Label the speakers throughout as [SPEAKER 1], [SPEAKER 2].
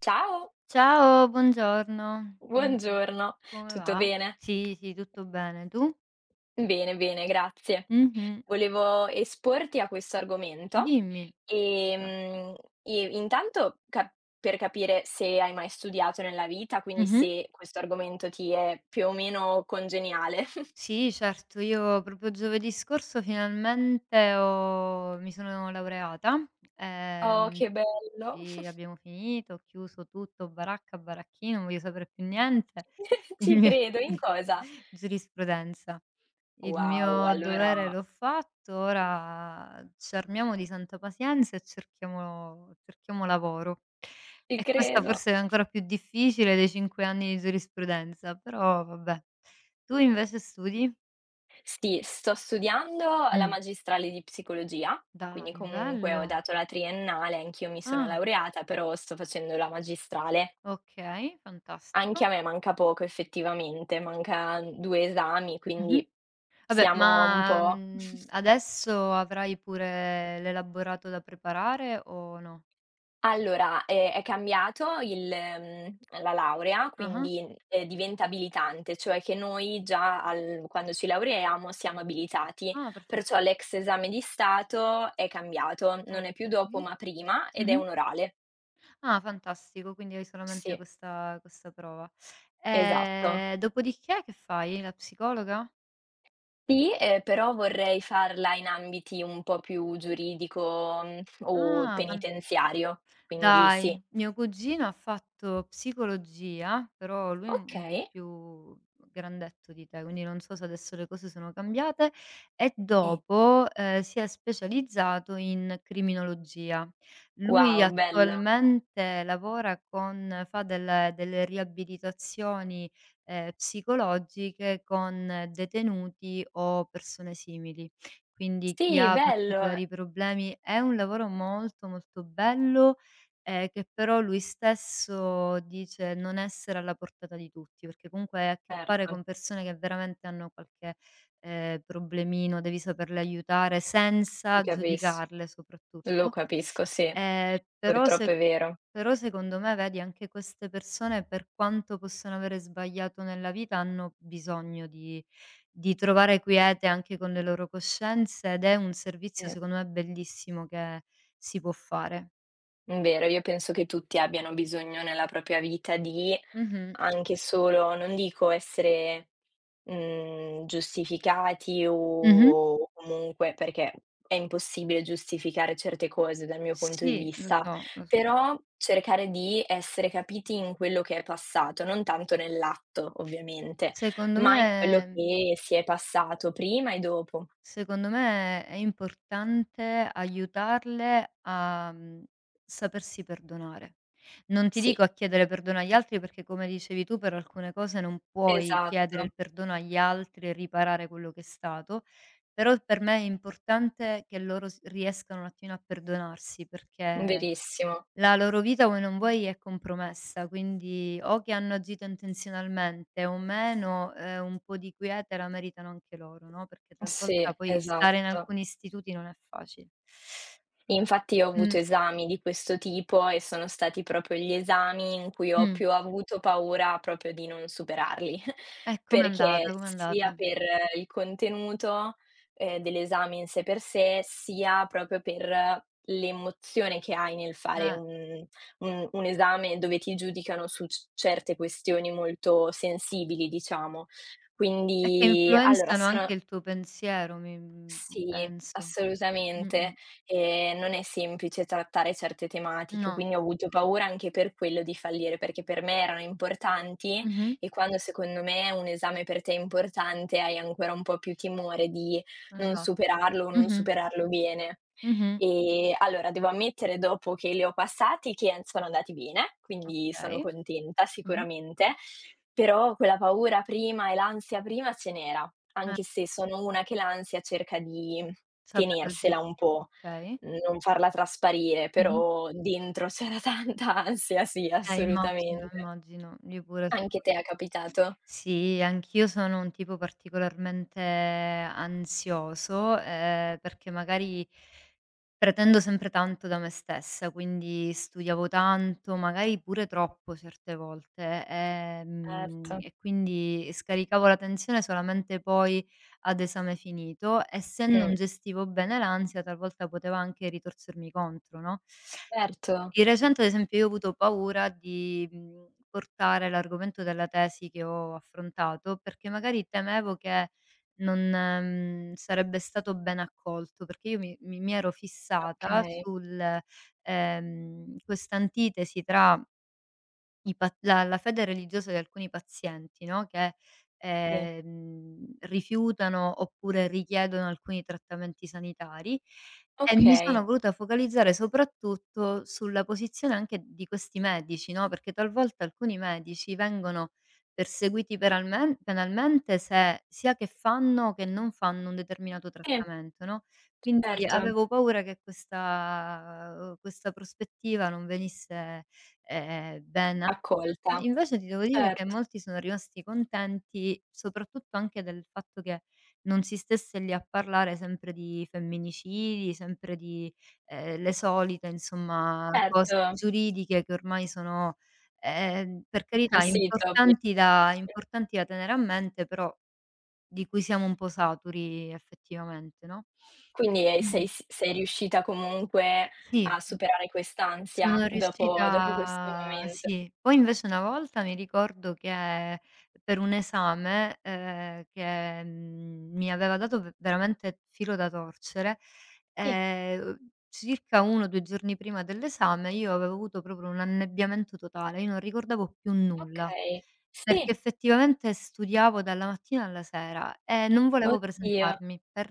[SPEAKER 1] Ciao,
[SPEAKER 2] Ciao, buongiorno. Buon
[SPEAKER 1] buongiorno.
[SPEAKER 2] Come
[SPEAKER 1] Tutto
[SPEAKER 2] va?
[SPEAKER 1] bene?
[SPEAKER 2] Sì, sì, tutto bene. Tu?
[SPEAKER 1] Bene, bene, grazie.
[SPEAKER 2] Mh-mh.
[SPEAKER 1] Volevo esporti a questo argomento,
[SPEAKER 2] Dimmi. Di che si tratta?
[SPEAKER 1] ehm, e intanto cap per capire se hai mai studiato nella vita, quindi
[SPEAKER 2] Mh-mh.
[SPEAKER 1] se questo argomento ti è più o meno congeniale.
[SPEAKER 2] Sì, certo, io proprio giovedì scorso finalmente ho mi sono laureata.
[SPEAKER 1] Oh,
[SPEAKER 2] Ehm,
[SPEAKER 1] che bello!
[SPEAKER 2] sì, abbiamo finito, ho chiuso tutto, baracca, baracchino, non voglio sapere più niente. Il
[SPEAKER 1] Ci
[SPEAKER 2] mio
[SPEAKER 1] credo, in cosa?
[SPEAKER 2] giurisprudenza. Il
[SPEAKER 1] Wow,
[SPEAKER 2] mio
[SPEAKER 1] allora
[SPEAKER 2] dovere l'ho fatto, ora ci armiamo di santa pazienza e cerchiamo lavoro.
[SPEAKER 1] ci
[SPEAKER 2] E questa
[SPEAKER 1] credo.
[SPEAKER 2] forse è ancora più difficile dei 5 anni di giurisprudenza, però vabbè. Tu invece studi?
[SPEAKER 1] Sì, sto studiando la
[SPEAKER 2] Mh,
[SPEAKER 1] magistrale di psicologia, quindi
[SPEAKER 2] dai,
[SPEAKER 1] comunque ho
[SPEAKER 2] bello.
[SPEAKER 1] dato la triennale, anch'io mi sono
[SPEAKER 2] Ah,
[SPEAKER 1] laureata, però sto facendo la magistrale.
[SPEAKER 2] okay,
[SPEAKER 1] Anche
[SPEAKER 2] fantastico.
[SPEAKER 1] a me manca poco effettivamente, manca due esami,
[SPEAKER 2] Mh-mh.
[SPEAKER 1] quindi
[SPEAKER 2] Vabbè,
[SPEAKER 1] siamo un
[SPEAKER 2] ma,
[SPEAKER 1] po'.
[SPEAKER 2] adesso avrai pure l'elaborato da preparare o no?
[SPEAKER 1] Allora, è cambiato la laurea,
[SPEAKER 2] Ah-ah.
[SPEAKER 1] quindi, diventa abilitante, cioè che noi già al quando ci laureiamo siamo abilitati,
[SPEAKER 2] Ah, perfe
[SPEAKER 1] perciò l'ex esame di stato è cambiato, non è più
[SPEAKER 2] Okay.
[SPEAKER 1] dopo ma prima ed è
[SPEAKER 2] Mh-mh.
[SPEAKER 1] un orale.
[SPEAKER 2] Ah, fantastico, quindi hai solamente
[SPEAKER 1] Sì,
[SPEAKER 2] questa prova.
[SPEAKER 1] esatto.
[SPEAKER 2] Dopodiché che fai? La psicologa?
[SPEAKER 1] Sì, però vorrei farla in ambiti un po' più giuridico, o
[SPEAKER 2] Ah, fan
[SPEAKER 1] penitenziario, quindi
[SPEAKER 2] Dai,
[SPEAKER 1] sì.
[SPEAKER 2] mio cugino ha fatto psicologia, però lui è un po'
[SPEAKER 1] Okay.
[SPEAKER 2] più grandetto di te, quindi non so se adesso le cose sono cambiate, e
[SPEAKER 1] Sì.
[SPEAKER 2] dopo, si è specializzato in criminologia. Lui
[SPEAKER 1] Wow, bello.
[SPEAKER 2] attualmente lavora con fa delle riabilitazioni, psicologiche con detenuti o persone simili. Quindi chi
[SPEAKER 1] Sì,
[SPEAKER 2] ha
[SPEAKER 1] bello,
[SPEAKER 2] particolari problemi è un lavoro molto, molto bello, che però lui stesso dice non essere alla portata di tutti, perché comunque hai a che fare
[SPEAKER 1] certo.
[SPEAKER 2] con persone che veramente hanno qualche, problemino, devi saperle aiutare
[SPEAKER 1] Ti
[SPEAKER 2] senza
[SPEAKER 1] capis
[SPEAKER 2] giudicarle
[SPEAKER 1] lo
[SPEAKER 2] soprattutto.
[SPEAKER 1] capisco, sì,
[SPEAKER 2] Però se
[SPEAKER 1] purtroppo è vero.
[SPEAKER 2] Però secondo me vedi anche queste persone, per quanto possano avere sbagliato nella vita, hanno bisogno di trovare quiete anche con le loro coscienze ed è un servizio
[SPEAKER 1] Sì,
[SPEAKER 2] secondo me bellissimo che si può fare.
[SPEAKER 1] è vero. Io penso che tutti abbiano bisogno nella propria vita di
[SPEAKER 2] Mh-mh.
[SPEAKER 1] anche solo, non dico essere, giustificati
[SPEAKER 2] Mh-mh.
[SPEAKER 1] o comunque perché è impossibile giustificare certe cose dal mio punto di
[SPEAKER 2] Sì, lo
[SPEAKER 1] vista,
[SPEAKER 2] so, lo so.
[SPEAKER 1] però cercare di essere capiti in quello che è passato, non tanto nell'atto ovviamente,
[SPEAKER 2] Secondo
[SPEAKER 1] ma in quello
[SPEAKER 2] me
[SPEAKER 1] che si è passato prima e dopo.
[SPEAKER 2] secondo me è importante aiutarle a, mhmm, sapersi perdonare. Non ti
[SPEAKER 1] Sì.
[SPEAKER 2] dico a chiedere perdono agli altri perché, come dicevi tu, per alcune cose non puoi chiedere
[SPEAKER 1] Esatto,
[SPEAKER 2] il perdono agli altri e riparare quello che è stato, però per me è importante che loro s riescano un attimino a perdonarsi perché
[SPEAKER 1] verissimo.
[SPEAKER 2] la loro vita vuoi non vuoi è compromessa, quindi o che hanno agito intenzionalmente o meno, un po' di quiete la meritano anche loro, no, perché talvolta
[SPEAKER 1] Sì,
[SPEAKER 2] poi stare in
[SPEAKER 1] esatto.
[SPEAKER 2] alcuni istituti non è facile.
[SPEAKER 1] Infatti io ho avuto
[SPEAKER 2] Mh,
[SPEAKER 1] esami di questo tipo e sono stati proprio gli esami in cui ho
[SPEAKER 2] mh.
[SPEAKER 1] più avuto paura proprio di non superarli,
[SPEAKER 2] Com'è
[SPEAKER 1] perché
[SPEAKER 2] andata, com'è
[SPEAKER 1] sia
[SPEAKER 2] andata?
[SPEAKER 1] per il contenuto, dell'esame in sé per sé, sia proprio per l'emozione che hai nel fare
[SPEAKER 2] Eh,
[SPEAKER 1] un esame dove ti giudicano su c certe questioni molto sensibili, diciamo.
[SPEAKER 2] è che
[SPEAKER 1] Quindi allora
[SPEAKER 2] influenzano
[SPEAKER 1] sono.
[SPEAKER 2] anche il tuo pensiero,
[SPEAKER 1] Sì,
[SPEAKER 2] penso.
[SPEAKER 1] assolutamente.
[SPEAKER 2] Mh-mh.
[SPEAKER 1] Non è semplice trattare certe tematiche,
[SPEAKER 2] No.
[SPEAKER 1] quindi ho avuto paura anche per quello di fallire, perché per me erano importanti
[SPEAKER 2] Mh-mh.
[SPEAKER 1] e quando secondo me un esame per te è importante, hai ancora un po' più timore di non
[SPEAKER 2] Esatto.
[SPEAKER 1] superarlo o non
[SPEAKER 2] Mh-mh.
[SPEAKER 1] superarlo bene.
[SPEAKER 2] Mh-mh.
[SPEAKER 1] Allora devo ammettere dopo che li ho passati che an sono andati bene, quindi sono
[SPEAKER 2] Okay.
[SPEAKER 1] contenta
[SPEAKER 2] Mh-mh.
[SPEAKER 1] sicuramente, però quella paura prima e l'ansia prima ce n'era.
[SPEAKER 2] Eh,
[SPEAKER 1] Anche se sono una che l'ansia cerca di
[SPEAKER 2] saperlo
[SPEAKER 1] tenersela un
[SPEAKER 2] gesti
[SPEAKER 1] po',
[SPEAKER 2] Okay.
[SPEAKER 1] non farla trasparire,
[SPEAKER 2] Mh-mh.
[SPEAKER 1] però dentro c'era tanta ansia, sì,
[SPEAKER 2] Immagino,
[SPEAKER 1] assolutamente.
[SPEAKER 2] immagino. Io pure so
[SPEAKER 1] Anche te è capitato?
[SPEAKER 2] Sì, anch'io sono un tipo particolarmente ansioso, perché magari pretendo sempre tanto da me stessa, quindi studiavo tanto, magari pure troppo certe volte,
[SPEAKER 1] Certo.
[SPEAKER 2] e quindi scaricavo la tensione solamente poi ad esame finito, e se non
[SPEAKER 1] Mh,
[SPEAKER 2] gestivo bene l'ansia talvolta poteva anche ritorcermi contro, no?
[SPEAKER 1] certo.
[SPEAKER 2] Di recente ad esempio io ho avuto paura di, mhmm, portare l'argomento della tesi che ho affrontato, perché magari temevo che non, mhmm, sarebbe stato ben accolto, perché io mi ero fissata
[SPEAKER 1] Okay,
[SPEAKER 2] sul questa antitesi tra i pa la la fede religiosa di alcuni pazienti, no, che,
[SPEAKER 1] sì.
[SPEAKER 2] rifiutano oppure richiedono alcuni trattamenti sanitari, e mi sono
[SPEAKER 1] Okay.
[SPEAKER 2] voluta focalizzare soprattutto sulla posizione anche di questi medici, no, perché talvolta alcuni medici vengono perseguiti penalmente se sia che fanno che non fanno un determinato
[SPEAKER 1] Sì,
[SPEAKER 2] trattamento, no, quindi
[SPEAKER 1] certo.
[SPEAKER 2] avevo paura che questa prospettiva non venisse ben accolta.
[SPEAKER 1] Accolta.
[SPEAKER 2] Invece ti devo dire che
[SPEAKER 1] Cert
[SPEAKER 2] molti sono rimasti contenti, soprattutto anche del fatto che non si stesse lì a parlare sempre di femminicidi, sempre di, le solite insomma cose
[SPEAKER 1] certo.
[SPEAKER 2] giuridiche che ormai sono, per carità,
[SPEAKER 1] Sì, topi
[SPEAKER 2] importanti da tenere a mente, però di cui siamo un po' saturi effettivamente, no? E
[SPEAKER 1] quindi,
[SPEAKER 2] quindi
[SPEAKER 1] sei s sei riuscita comunque
[SPEAKER 2] sì.
[SPEAKER 1] a superare quest'ansia
[SPEAKER 2] Sono
[SPEAKER 1] dopo questo
[SPEAKER 2] riuscita
[SPEAKER 1] momento?
[SPEAKER 2] sì. Poi invece una volta mi ricordo che per un esame, che, mi aveva dato v veramente filo da torcere,
[SPEAKER 1] Sì.
[SPEAKER 2] ehm, circa 1 o 2 giorni prima dell'esame io avevo avuto proprio un annebbiamento totale, io non ricordavo più nulla,
[SPEAKER 1] Okay. Sì,
[SPEAKER 2] perché effettivamente studiavo dalla mattina alla sera e non volevo
[SPEAKER 1] oddio,
[SPEAKER 2] presentarmi per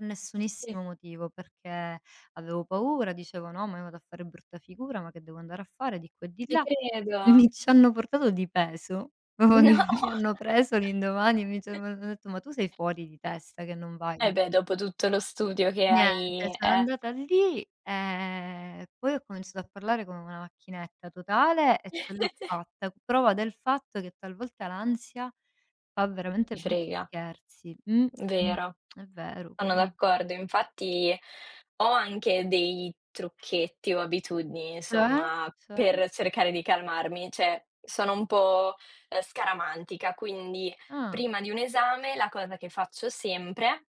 [SPEAKER 1] sì,
[SPEAKER 2] nessunissimo motivo, perché avevo paura, dicevo: "No, ma io vado a fare brutta figura, ma che devo andare a fare di qua e di
[SPEAKER 1] ti
[SPEAKER 2] là".
[SPEAKER 1] credo.
[SPEAKER 2] Mi ci hanno portato di peso, proprio
[SPEAKER 1] No.
[SPEAKER 2] mi hanno preso l'indomani e mi ci hanno detto: "Ma tu sei fuori di testa che non vai?"
[SPEAKER 1] Eh beh, dopo tutto lo studio che
[SPEAKER 2] Niente,
[SPEAKER 1] hai
[SPEAKER 2] sono
[SPEAKER 1] eh.
[SPEAKER 2] andata lì e poi ho cominciato a parlare come una macchinetta totale e ce l'ho fatta. Prova del fatto che talvolta l'ansia fa veramente
[SPEAKER 1] Ti
[SPEAKER 2] brutti
[SPEAKER 1] frega,
[SPEAKER 2] scherzi. Mh-mh.
[SPEAKER 1] vero,
[SPEAKER 2] È vero.
[SPEAKER 1] sono
[SPEAKER 2] Quindi
[SPEAKER 1] d'accordo. Infatti ho anche dei trucchetti o abitudini,
[SPEAKER 2] cioè?
[SPEAKER 1] insomma,
[SPEAKER 2] Cioè?
[SPEAKER 1] per cercare di calmarmi. Cioè, sono un po', scaramantica, quindi
[SPEAKER 2] Ah,
[SPEAKER 1] prima di un esame la cosa che faccio sempre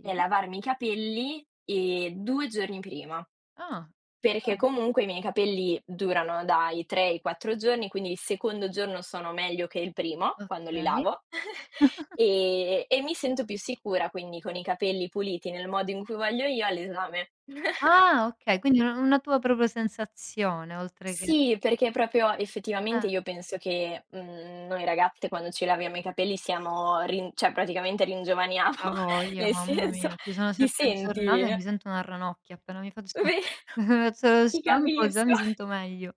[SPEAKER 1] è lavarmi i capelli, 2 giorni prima.
[SPEAKER 2] Ah.
[SPEAKER 1] Perché comunque i miei capelli durano dai 3 ai 4 giorni, quindi il secondo giorno sono meglio che il primo,
[SPEAKER 2] Ah,
[SPEAKER 1] quando li
[SPEAKER 2] okay.
[SPEAKER 1] lavo, e mi sento più sicura, quindi con i capelli puliti nel modo in cui voglio io all'esame.
[SPEAKER 2] Ah, okay, quindi una tua proprio sensazione oltre che
[SPEAKER 1] Sì, perché proprio effettivamente
[SPEAKER 2] eh,
[SPEAKER 1] io penso che, noi ragazze quando ci laviamo i capelli siamo rin cioè praticamente ringiovaniamo,
[SPEAKER 2] a voglia,
[SPEAKER 1] nel
[SPEAKER 2] mamma
[SPEAKER 1] senso
[SPEAKER 2] mia, ci sono
[SPEAKER 1] ti
[SPEAKER 2] certe
[SPEAKER 1] senti
[SPEAKER 2] giornate che mi sento una ranocchia, appena mi faccio
[SPEAKER 1] ve
[SPEAKER 2] faccio lo
[SPEAKER 1] ti
[SPEAKER 2] shampoo già
[SPEAKER 1] capisco.
[SPEAKER 2] mi sento meglio,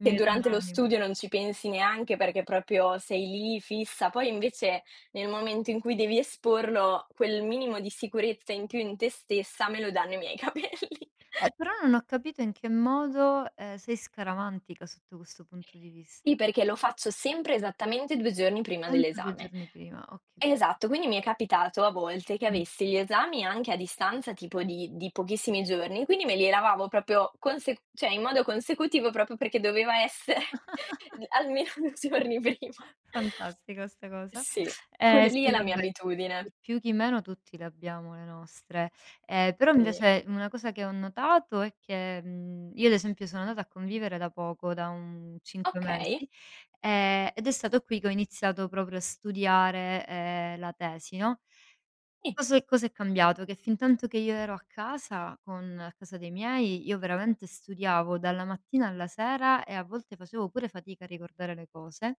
[SPEAKER 1] Che durante lo
[SPEAKER 2] rianimo.
[SPEAKER 1] studio non ci pensi neanche perché proprio sei lì fissa, poi invece nel momento in cui devi esporlo, quel minimo di sicurezza in più in te stessa me lo danno i miei capelli.
[SPEAKER 2] Però non ho capito in che modo, sei scaramantica sotto questo punto di
[SPEAKER 1] Sì,
[SPEAKER 2] vista.
[SPEAKER 1] perché lo faccio sempre esattamente 2 giorni prima
[SPEAKER 2] Sempre 2
[SPEAKER 1] dell'esame.
[SPEAKER 2] giorni prima, oka
[SPEAKER 1] Esatto, quindi mi è capitato a volte che
[SPEAKER 2] mh.
[SPEAKER 1] avessi gli esami anche a distanza tipo di pochissimi giorni, quindi me li lavavo proprio conse cioè in modo consecutivo proprio perché doveva essere l almeno 2 giorni prima.
[SPEAKER 2] Fantastica 'sta cosa.
[SPEAKER 1] Sì, quella lì è
[SPEAKER 2] Sì,
[SPEAKER 1] la mia
[SPEAKER 2] vabbè,
[SPEAKER 1] abitudine.
[SPEAKER 2] chi più chi meno tutti le abbiamo le nostre. Però
[SPEAKER 1] Sì.
[SPEAKER 2] invece una cosa che ho notato è che, io ad esempio sono andata a convivere da poco, da un 5
[SPEAKER 1] Okay,
[SPEAKER 2] mesi, ed è stato qui che ho iniziato proprio a studiare, la tesi, no.
[SPEAKER 1] sì,
[SPEAKER 2] Cosa è cambiato? Che fintanto che io ero a casa con a casa dei miei, io veramente studiavo dalla mattina alla sera e a volte facevo pure fatica a ricordare le cose.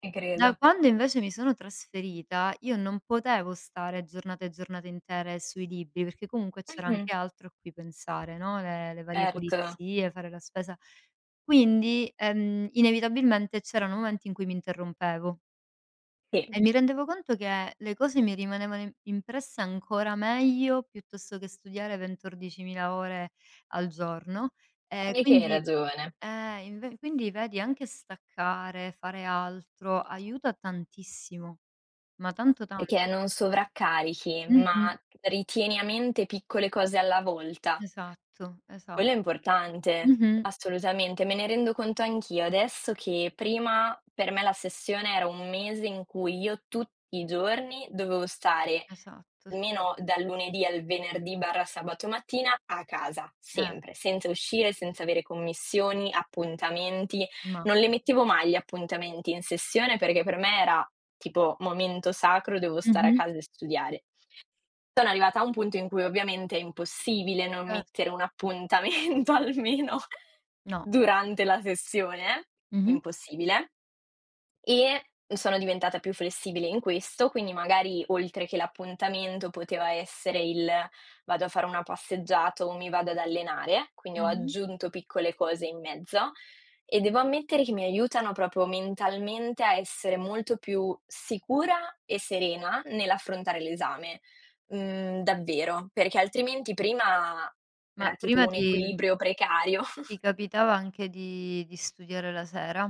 [SPEAKER 1] ti credo.
[SPEAKER 2] Da quando invece mi sono trasferita, io non potevo stare giornate e giornate intere sui libri, perché comunque c'era
[SPEAKER 1] Mh-mh,
[SPEAKER 2] anche altro a cui pensare, no, le varie
[SPEAKER 1] certo,
[SPEAKER 2] pulizie, fare la spesa. Quindi, inevitabilmente c'erano momenti in cui mi interrompevo
[SPEAKER 1] sì,
[SPEAKER 2] e mi rendevo conto che le cose mi rimanevano im impresse ancora meglio piuttosto che studiare 20, 14.000 ore al giorno.
[SPEAKER 1] sai che hai
[SPEAKER 2] Quindi
[SPEAKER 1] ragione,
[SPEAKER 2] inve quindi vedi anche staccare, fare altro, aiuta tantissimo, ma tanto, tanto.
[SPEAKER 1] perché non sovraccarichi,
[SPEAKER 2] Mh-mh.
[SPEAKER 1] ma ritieni a mente piccole cose alla volta.
[SPEAKER 2] Esatto, esa
[SPEAKER 1] Quello è importante,
[SPEAKER 2] Mh-mh.
[SPEAKER 1] assolutamente. Me ne rendo conto anch'io adesso che prima per me la sessione era un mese in cui io tutti i giorni dovevo stare
[SPEAKER 2] Esatto, sì.
[SPEAKER 1] almeno dal lunedì al venerdì/sabato mattina a casa,
[SPEAKER 2] Eh,
[SPEAKER 1] sempre, senza uscire, senza avere commissioni, appuntamenti.
[SPEAKER 2] ma
[SPEAKER 1] Non le mettevo mai gli appuntamenti in sessione perché per me era tipo momento sacro, devo stare a
[SPEAKER 2] Mh-mh.
[SPEAKER 1] casa e studiare. Sono arrivata a un punto in cui ovviamente è impossibile non
[SPEAKER 2] Certo.
[SPEAKER 1] mettere un appuntamento almeno
[SPEAKER 2] No.
[SPEAKER 1] durante la sessione,
[SPEAKER 2] Mh-mh.
[SPEAKER 1] impossibile. E sono diventata più flessibile in questo, quindi magari oltre che l'appuntamento poteva essere il vado a fare una passeggiata o mi vado ad allenare, quindi ho
[SPEAKER 2] Mh-mh.
[SPEAKER 1] aggiunto piccole cose in mezzo e devo ammettere che mi aiutano proprio mentalmente a essere molto più sicura e serena nell'affrontare l'esame. Davvero, perché altrimenti prima
[SPEAKER 2] Ma
[SPEAKER 1] era tipo
[SPEAKER 2] prima
[SPEAKER 1] un
[SPEAKER 2] ti
[SPEAKER 1] equilibrio precario.
[SPEAKER 2] ti capitava anche di studiare la sera?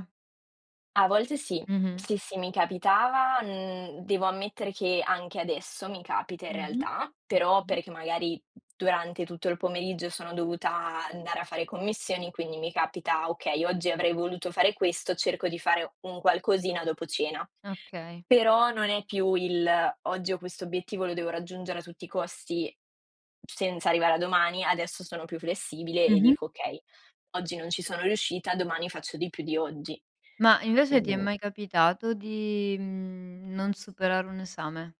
[SPEAKER 1] A volte sì.
[SPEAKER 2] Mh-mh.
[SPEAKER 1] Sì, sì, mi capitava, devo ammettere che anche adesso mi capita in
[SPEAKER 2] Mh-mh.
[SPEAKER 1] realtà, però
[SPEAKER 2] Okay.
[SPEAKER 1] perché magari durante tutto il pomeriggio sono dovuta andare a fare commissioni, quindi mi capita: "Okay, oggi avrei voluto fare questo, cerco di fare un qualcosina dopo cena".
[SPEAKER 2] Okay.
[SPEAKER 1] Però non è più il: "Oggi ho questo obiettivo, lo devo raggiungere a tutti i costi senza arrivare a domani". Adesso sono più flessibile e
[SPEAKER 2] Mh-mh.
[SPEAKER 1] dico: "Okay, oggi non ci sono riuscita, domani faccio di più di oggi".
[SPEAKER 2] Ma invece ti è
[SPEAKER 1] Mh.
[SPEAKER 2] mai capitato di, mhmm, non superare un esame?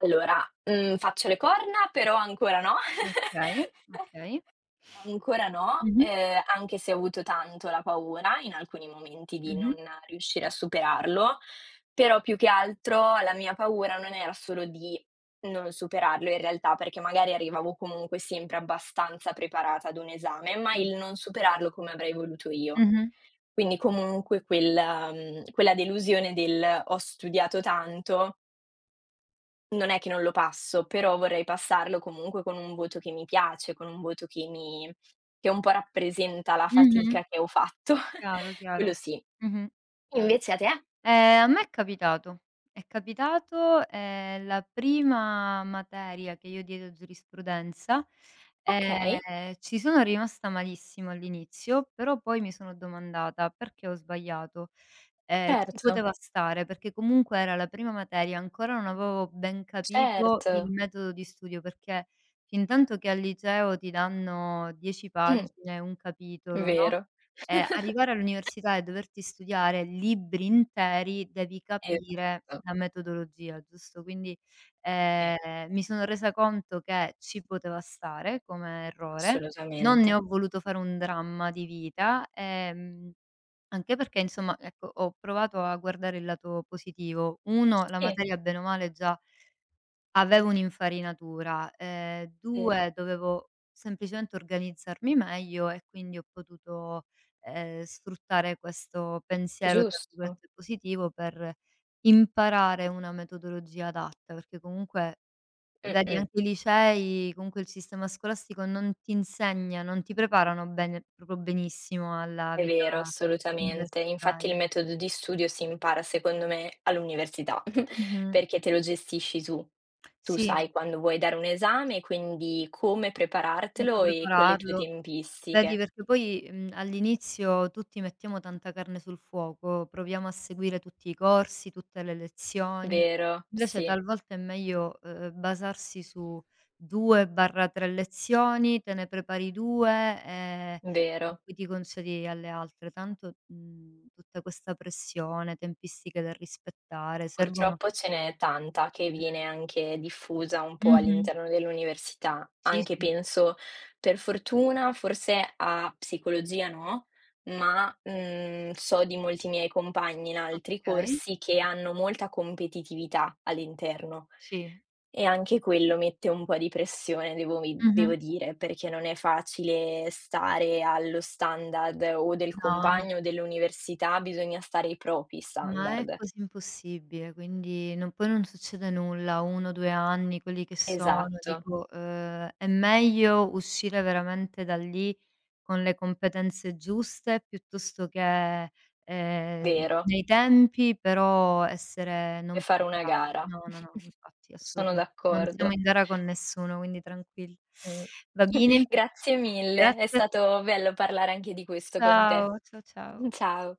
[SPEAKER 1] Allora, faccio le corna, però ancora no.
[SPEAKER 2] Okay, okay.
[SPEAKER 1] Ancora no,
[SPEAKER 2] Mh-mh,
[SPEAKER 1] anche se ho avuto tanto la paura in alcuni momenti di non
[SPEAKER 2] mh-mh,
[SPEAKER 1] riuscire a superarlo, però più che altro la mia paura non era solo di non superarlo in realtà, perché magari arrivavo comunque sempre abbastanza preparata ad un esame, ma il non superarlo come avrei voluto io.
[SPEAKER 2] mh-mh,
[SPEAKER 1] Quindi comunque quella delusione del: "Ho studiato tanto, non è che non lo passo, però vorrei passarlo comunque con un voto che mi piace, con un voto che un po' rappresenta la
[SPEAKER 2] mh-mh.
[SPEAKER 1] fatica che ho fatto",
[SPEAKER 2] Chiaro,
[SPEAKER 1] quello
[SPEAKER 2] chiaro.
[SPEAKER 1] sì.
[SPEAKER 2] Mh-mh, chiaro.
[SPEAKER 1] Invece a te?
[SPEAKER 2] A me è capitato. È capitato, la prima materia che io diedi a giurisprudenza,
[SPEAKER 1] Okay,
[SPEAKER 2] ci sono rimasta malissimo all'inizio, però poi mi sono domandata: "Perché ho sbagliato?" Ci
[SPEAKER 1] certo,
[SPEAKER 2] poteva stare, perché comunque era la prima materia, ancora non avevo ben capito il
[SPEAKER 1] certo.
[SPEAKER 2] metodo di studio, perché fintanto che al liceo ti danno 10
[SPEAKER 1] Mh.
[SPEAKER 2] pagine, un capitolo, no,
[SPEAKER 1] Vero,
[SPEAKER 2] Arrivare all'università e doverti studiare libri interi, devi capire
[SPEAKER 1] esatto,
[SPEAKER 2] la metodologia, giusto? Quindi,
[SPEAKER 1] eh,
[SPEAKER 2] mi sono resa conto che ci poteva stare come errore, non
[SPEAKER 1] assolutamente.
[SPEAKER 2] ne ho voluto fare un dramma di vita, anche perché insomma, ecco, ho provato a guardare il lato positivo. 1, la
[SPEAKER 1] Sì,
[SPEAKER 2] materia bene o male già avevo un'infarinatura,
[SPEAKER 1] sì,
[SPEAKER 2] 2, dovevo semplicemente organizzarmi meglio e quindi ho potuto, sfruttare questo pensiero, tra
[SPEAKER 1] giusto.
[SPEAKER 2] virgolette, "positivo", per imparare una metodologia adatta, perché comunque vedi
[SPEAKER 1] Mh-mh.
[SPEAKER 2] anche i licei, comunque il sistema scolastico non ti insegna, non ti preparano bene proprio benissimo alla
[SPEAKER 1] È
[SPEAKER 2] vita
[SPEAKER 1] vero, assolutamente. Infatti il
[SPEAKER 2] universitaria.
[SPEAKER 1] metodo di studio si impara, secondo me, all'università,
[SPEAKER 2] Mh-mh.
[SPEAKER 1] perché te lo gestisci tu. Tu
[SPEAKER 2] Sì,
[SPEAKER 1] sai quando vuoi dare un esame, quindi come
[SPEAKER 2] come
[SPEAKER 1] preparartelo e con le tue
[SPEAKER 2] prepararlo. Vedi,
[SPEAKER 1] tempistiche.
[SPEAKER 2] perché poi, all'inizio tutti mettiamo tanta carne sul fuoco, proviamo a seguire tutti i corsi, tutte le lezioni.
[SPEAKER 1] Vero,
[SPEAKER 2] Invece
[SPEAKER 1] sì,
[SPEAKER 2] talvolta è meglio, basarsi su 2/3 lezioni, te ne prepari 2, ehm, e
[SPEAKER 1] vero.
[SPEAKER 2] poi ti concedi alle altre. Tanto, tutta questa pressione, tempistiche da rispettare, servono.
[SPEAKER 1] Purtroppo ce n'è tanta che viene anche diffusa un po'
[SPEAKER 2] Mh-mh.
[SPEAKER 1] all'interno dell'università,
[SPEAKER 2] Sì,
[SPEAKER 1] anche
[SPEAKER 2] sì.
[SPEAKER 1] penso per fortuna forse a psicologia no, ma, so di molti miei compagni in altri
[SPEAKER 2] Okay.
[SPEAKER 1] corsi che hanno molta competitività all'interno
[SPEAKER 2] Sì.
[SPEAKER 1] e anche quello mette un po' di pressione devo mi
[SPEAKER 2] Mh-mh.
[SPEAKER 1] devo dire, perché non è facile stare allo standard o del
[SPEAKER 2] No,
[SPEAKER 1] compagno o dell'università, bisogna stare ai propri
[SPEAKER 2] ma è
[SPEAKER 1] standard.
[SPEAKER 2] quasi impossibile, quindi non poi non succede nulla. 1, 2 anni, quelli che sono,
[SPEAKER 1] Esatto.
[SPEAKER 2] dico, è meglio uscire veramente da lì con le competenze giuste, piuttosto che,
[SPEAKER 1] Vero,
[SPEAKER 2] nei tempi, però essere
[SPEAKER 1] e
[SPEAKER 2] non
[SPEAKER 1] fare una
[SPEAKER 2] preparati.
[SPEAKER 1] gara.
[SPEAKER 2] No, no, no, infatti,
[SPEAKER 1] Sono
[SPEAKER 2] assolutamen non siamo
[SPEAKER 1] d'accordo.
[SPEAKER 2] in gara con nessuno, quindi tranquilli.
[SPEAKER 1] Mh.
[SPEAKER 2] Va bene,
[SPEAKER 1] Grazie mille, è
[SPEAKER 2] grazie.
[SPEAKER 1] stato bello parlare anche di questo con te.
[SPEAKER 2] Ciao, ciao, ciao.
[SPEAKER 1] Ciao.